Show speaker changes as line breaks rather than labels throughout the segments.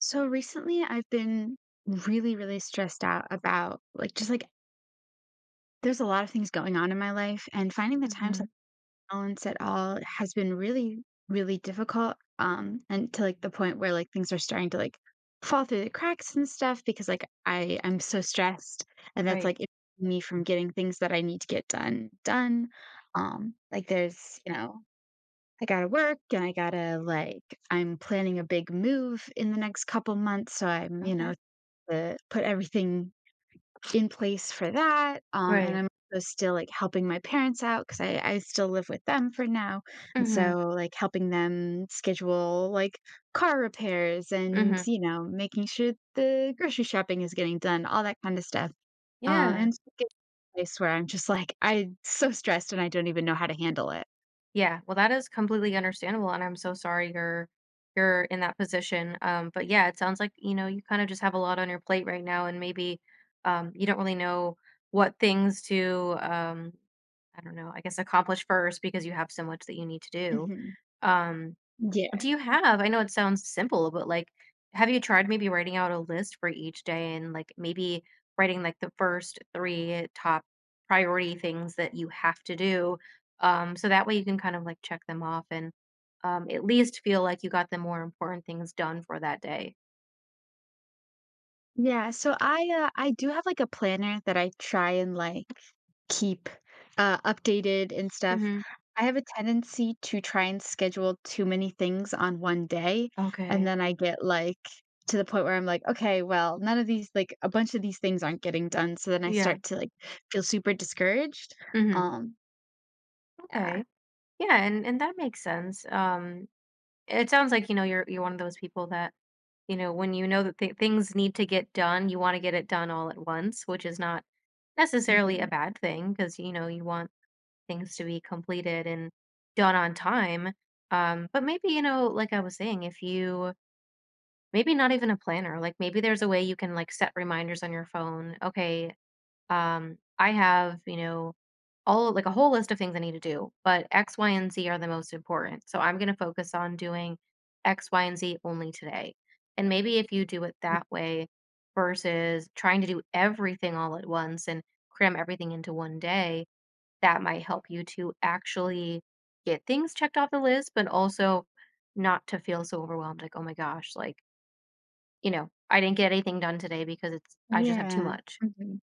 So recently I've been really, really stressed out about like just like there's a lot of things going on in my life, and finding the time to
Mhm.
balance it all has been really, really difficult. And to like the point where things are starting to fall through the cracks and stuff because like I'm so stressed, and that's
Right.
like impeding me from getting things that I need to get done done. Like there's, you know, I gotta work and I gotta like I'm planning a big move in the next couple months. So I'm, you
Okay.
know, to put everything in place for that, and
Right.
I'm also still, like, helping my parents out 'cause I still live with them for now, and
Mhm.
so, like, helping them schedule, like, car repairs and,
Mhm.
you know, making sure the grocery shopping is getting done, all that kinda stuff,
Yeah.
and it's getting to a place where I'm just like, I'm so stressed and I don't even know how to handle it.
Yeah. Well, that is completely understandable, and I'm so sorry you're in that position. But yeah, it sounds like you kind of just have a lot on your plate right now, and maybe you don't really know what things to I don't know, I guess accomplish first because you have so much that you need to do.
Mhm.
Um,
Yeah.
Do you have I know it sounds simple, but, like, have you tried maybe writing out a list for each day and, like, maybe writing, like, the first three top priority things that you have to do? So that way you can kind of, like, check them off and, at least feel like you got the more important things done for that day.
Yeah, so I do have, like, a planner that I try and, like, keep, updated and stuff.
Mhm.
I have a tendency to try and schedule too many things on 1 day, and
Okay.
then I get, like, to the point where I'm like, "Okay, well, none of these like, a bunch of these things aren't getting done," so then I
Yeah.
start to, like, feel super discouraged.
Mhm.
Um, yeah.
Okay. Yeah, and that makes sense. It sounds like, you're one of those people that when you know that th things need to get done, you wanna get it done all at once, which is not necessarily a
Mhm.
bad thing because you want things to be completed and done on time. But maybe, like I was saying, if you maybe not even a planner, like, maybe there's a way you can, like, set reminders on your phone. Okay, I have, all like a whole list of things I need to do, but X, Y, and Z are the most important. So I'm going to focus on doing X, Y, and Z only today. And maybe if you do it that way versus trying to do everything all at once and cram everything into one day, that might help you to actually get things checked off the list, but also not to feel so overwhelmed like, oh my gosh, like, I didn't get anything done today because it's, I just have too
Yeah.
much.
Mhm.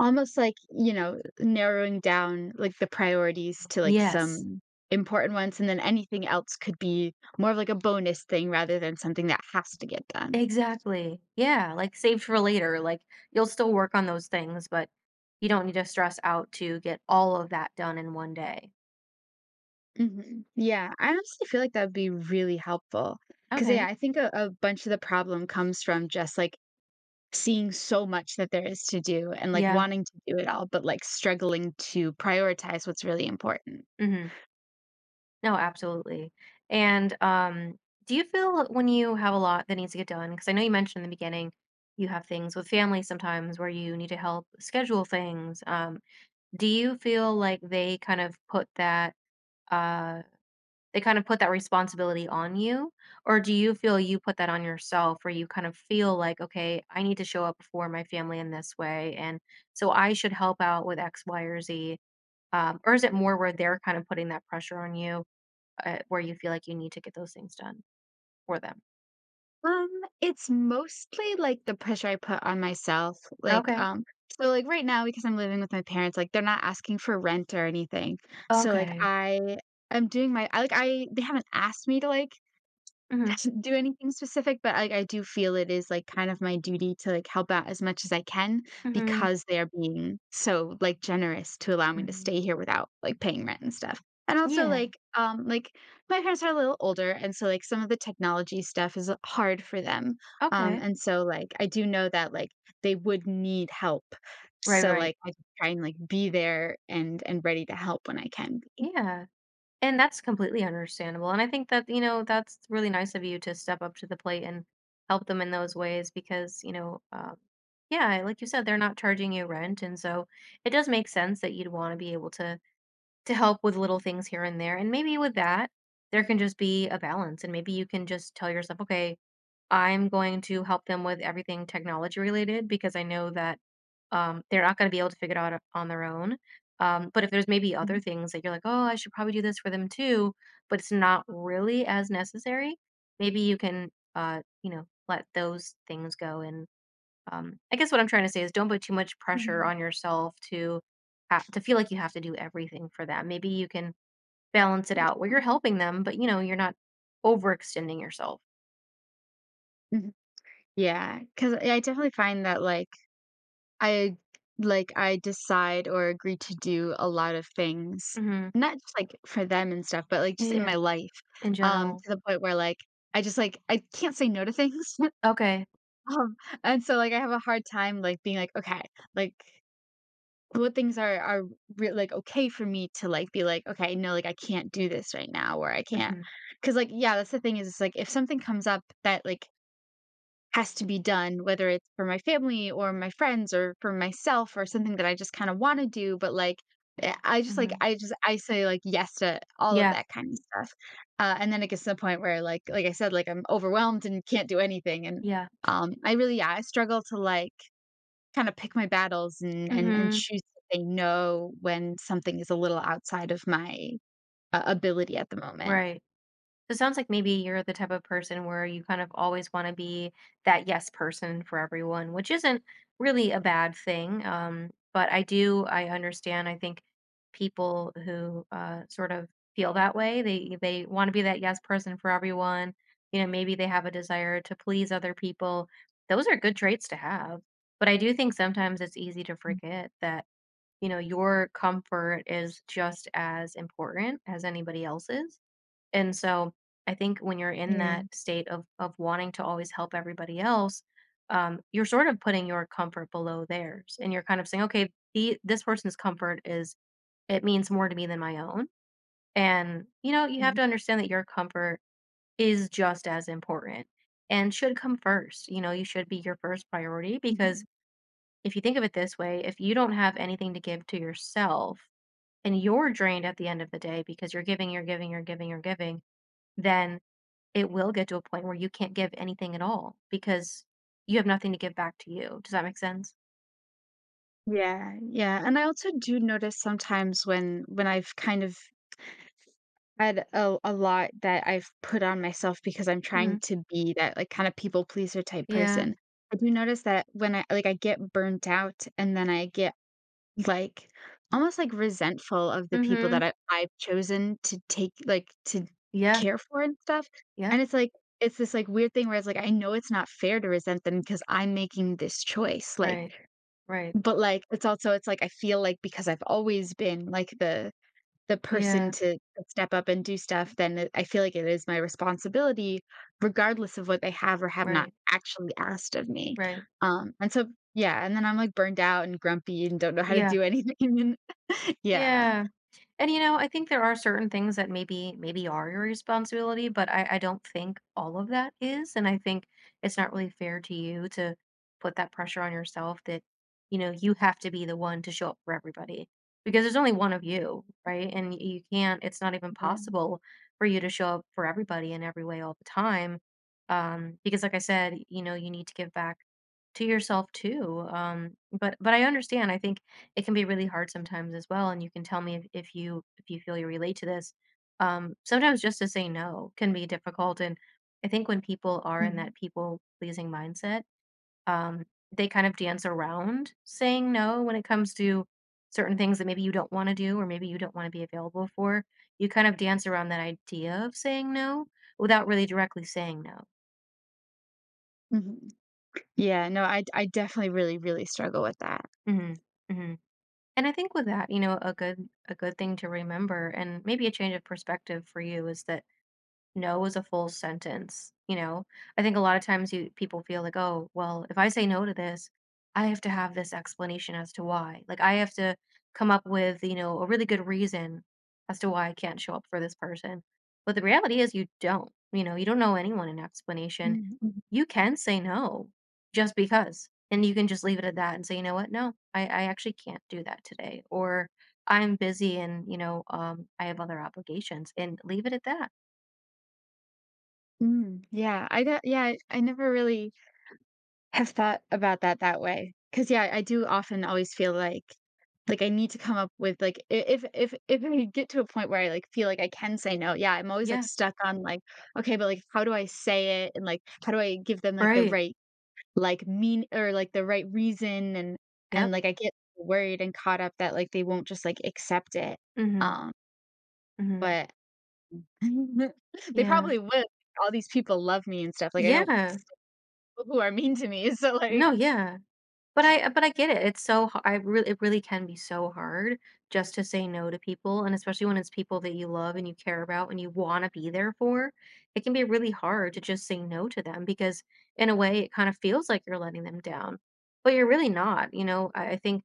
Almost like, you know, narrowing down, like, the priorities to, like,
Yes.
some important ones, and then anything else could be more of, like, a bonus thing rather than something that has to get done.
Exactly. Yeah, like saved for later. Like you'll still work on those things, but you don't need to stress out to get all of that done in one day.
Mhm. Yeah, I honestly feel like that would be really helpful because yeah,
Okay.
I think a bunch of the problem comes from just, like, seeing so much that there is to do and, like,
Yeah.
wanting to do it all, but, like, struggling to prioritize what's really important.
Hmm. No, absolutely. And do you feel when you have a lot that needs to get done? Because I know you mentioned in the beginning you have things with family sometimes where you need to help schedule things. Do you feel like they kind of uh put that responsibility on you, or do you feel you put that on yourself where you kind of feel like, "Okay, I need to show up for my family in this way, and so I should help out with X, Y, or Z," or is it more where they're kind of putting that pressure on you, where you feel like you need to get those things done for them?
Um, it's mostly, like, the pressure I put on myself, like,
Okay,
so, like, right now, because I'm living with my parents, like, they're not asking for rent or anything, so, like,
okay.
I am doing my I like, I they haven't asked me to, like,
Mhm,
do anything specific, but like I do feel it is, like, kind of my duty to, like, help out as much as I can
mhm,
because they are being so, like, generous to allow me to
mhm.
stay here without, like, paying rent and stuff. And also,
Yeah,
like, my parents are a little older, and so, like, some of the technology stuff is hard for them.
okay.
And so, like, I do know that, like, they would need help.
Right,
So,
right.
like, I just try and, like, be there and ready to help when I can be.
Yeah. And that's completely understandable, and I think that, you know, that's really nice of you to step up to the plate and help them in those ways because, yeah, like you said, they're not charging you rent, and so it does make sense that you'd wanna be able to help with little things here and there, and maybe with that, there can just be a balance, and maybe you can just tell yourself, "Okay, I'm going to help them with everything technology related because I know that they're not going to be able to figure it out on their own. But if there's maybe other
Mhm,
things that you're like, oh, I should probably do this for them too, but it's not really as necessary, maybe you can, let those things go. And I guess what I'm trying to say is don't put too much pressure
mhm.
on yourself to to feel like you have to do everything for them. Maybe you can balance it out where you're helping them, but you're not overextending yourself."
Yeah. Because I definitely find that, I like, I decide or agree to do a lot of things,
Hmm.
not just, like, for them and stuff, but, like, just in
Yeah.
my life,
In general.
to the point where, like, I can't say no to things,
Okay.
um, and so, like, I have a hard time, like, being like, "Okay," like, what things are okay for me to, like, be like, "Okay, no, like, I can't do this right now," or "I can't" not
Mhm,
because like yeah, that's the thing is, it's like, if something comes up that, like, has to be done, whether it's for my family or my friends or for myself or something that I just kind of want to do, but like
mhm.
I say like yes to all of
Yeah,
that kind of stuff. And then it gets to the point where like I said, like I'm overwhelmed and can't do anything. And
yeah.
I really yeah, I struggle to like kind of pick my battles and and
Mhm,
choose to say no when something is a little outside of my ability at the moment.
right. So it sounds like maybe you're the type of person where you kind of always wanna be that yes person for everyone, which isn't really a bad thing, but I understand. I think people who, sort of feel that way, they wanna be that yes person for everyone. Maybe they have a desire to please other people. Those are good traits to have, but I do think sometimes it's easy to forget that your comfort is just as important as anybody else's. And so I think when you're in
Yeah.
that state of wanting to always help everybody else, you're sort of putting your comfort below theirs. And you're kind of saying, okay, this person's comfort is, it means more to me than my own. And you have
Mhm.
to understand that your comfort is just as important and should come first. You know, you should be your first priority because
Mhm.
if you think of it this way, if you don't have anything to give to yourself, and you're drained at the end of the day because you're giving, you're giving, you're giving, you're giving, then it will get to a point where you can't give anything at all because you have nothing to give back to you. Does that make sense?
Yeah, yeah, and I also do notice sometimes when I've kind of had a lot that I've put on myself because I'm
Hmm.
trying to be that, like, kind of people pleaser type
Yeah.
person. I do notice that when I get burnt out and then I get, like, almost, like, resentful of the people
Hmm.
that I've chosen to to
Yeah.
care for and stuff,
Yeah.
and it's like it's this, like, weird thing where it's like, I know it's not fair to resent them because 'cause I'm making this choice, like,
Right. Right.
but, like, it's also it's like I feel like because I've always been, like, the person
Yeah.
to step up and do stuff, then it I feel like it is my responsibility regardless of what they have or have not
Right.
actually asked of me.
Right.
And so yeah, and then I'm, like, burned out and grumpy and don't know how to
Yeah.
do anything and yeah.
Yeah. And I think there are certain things that maybe are your responsibility, but I don't think all of that is. And I think it's not really fair to you to put that pressure on yourself that, you have to be the one to show up for everybody. Because there's only one of you, right? And you can't, it's not even
Yeah.
possible for you to show up for everybody in every way all the time. Because like I said, you need to give back to yourself too. But I understand. I think it can be really hard sometimes as well, and you can tell me if, if you feel you relate to this. Sometimes just to say no can be difficult, and I think when people are in
Mhm.
that people pleasing mindset, um, they kind of dance around saying no when it comes to certain things that maybe you don't want to do or maybe you don't want to be available for. You kind of dance around that idea of saying no without really directly saying no.
Mhm. Yeah, no, I definitely really, really struggle with that.
Hmm. Hmm. And I think with that, a good thing to remember and maybe a change of perspective for you is that no is a full sentence, you know? I think a lot of times you people feel like, "Oh, well, if I say no to this, I have to have this explanation as to why." Like I have to come up with, a really good reason as to why I can't show up for this person. But the reality is you don't. You know, you don't know anyone an explanation.
Mm, mhm.
You can say no just because. And you can just leave it at that and say, you know what? No, I actually can't do that today. Or I'm busy and, I have other obligations and leave it at that.
Mm, yeah, I never really have thought about that that way, because yeah, I do often always feel like I need to come up with, like, I if if I get to a point where I, like, feel like I can say no, yeah, I'm always, like,
Yeah.
stuck on, like, "Okay, but, like, how do I say it?" And, like, "How do I give them, like, the
Right.
right, like, mean or, like, the right reason?" And
Yep.
like, I get worried and caught up that, like, they won't just, like, accept it.
Mhm.
Um,
Mhm.
but they
Yeah.
probably will. All these people love me and stuff, like, I don't
Yeah.
who are mean to me, so, like.
No, yeah. But I get it. It's so ha I really it really can be so hard just to say no to people, and especially when it's people that you love and you care about and you wanna be there for. It can be really hard to just say no to them because in a way it kind of feels like you're letting them down, but you're really not, you know? I think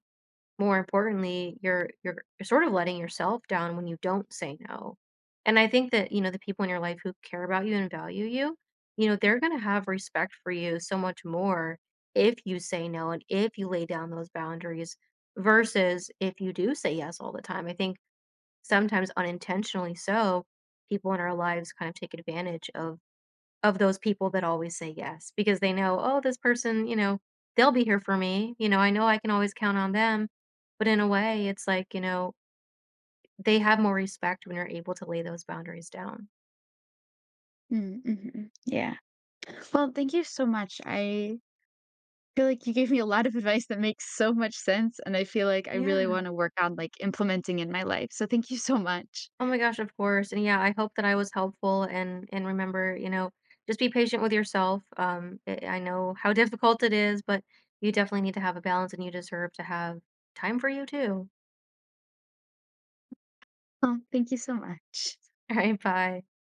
more importantly, you're sort of letting yourself down when you don't say no. And I think that, the people in your life who care about you and value you, they're going to have respect for you so much more if you say no and if you lay down those boundaries versus if you do say yes all the time. I think sometimes unintentionally so, people in our lives kind of take advantage of those people that always say yes, because they know, "Oh, this person, they'll be here for me, I know I can always count on them." But in a way, it's like, they have more respect when you're able to lay those boundaries down.
Mm, mhm. Yeah. Well, thank you so much. I feel like you gave me a lot of advice that makes so much sense, and I feel like I really
Yeah.
want to work on like implementing in my life. So thank you so much.
Oh my gosh, of course, and yeah, I hope that I was helpful and remember, just be patient with yourself, I know how difficult it is, but you definitely need to have a balance, and you deserve to have time for you too.
Oh, thank you so much.
Alright, bye.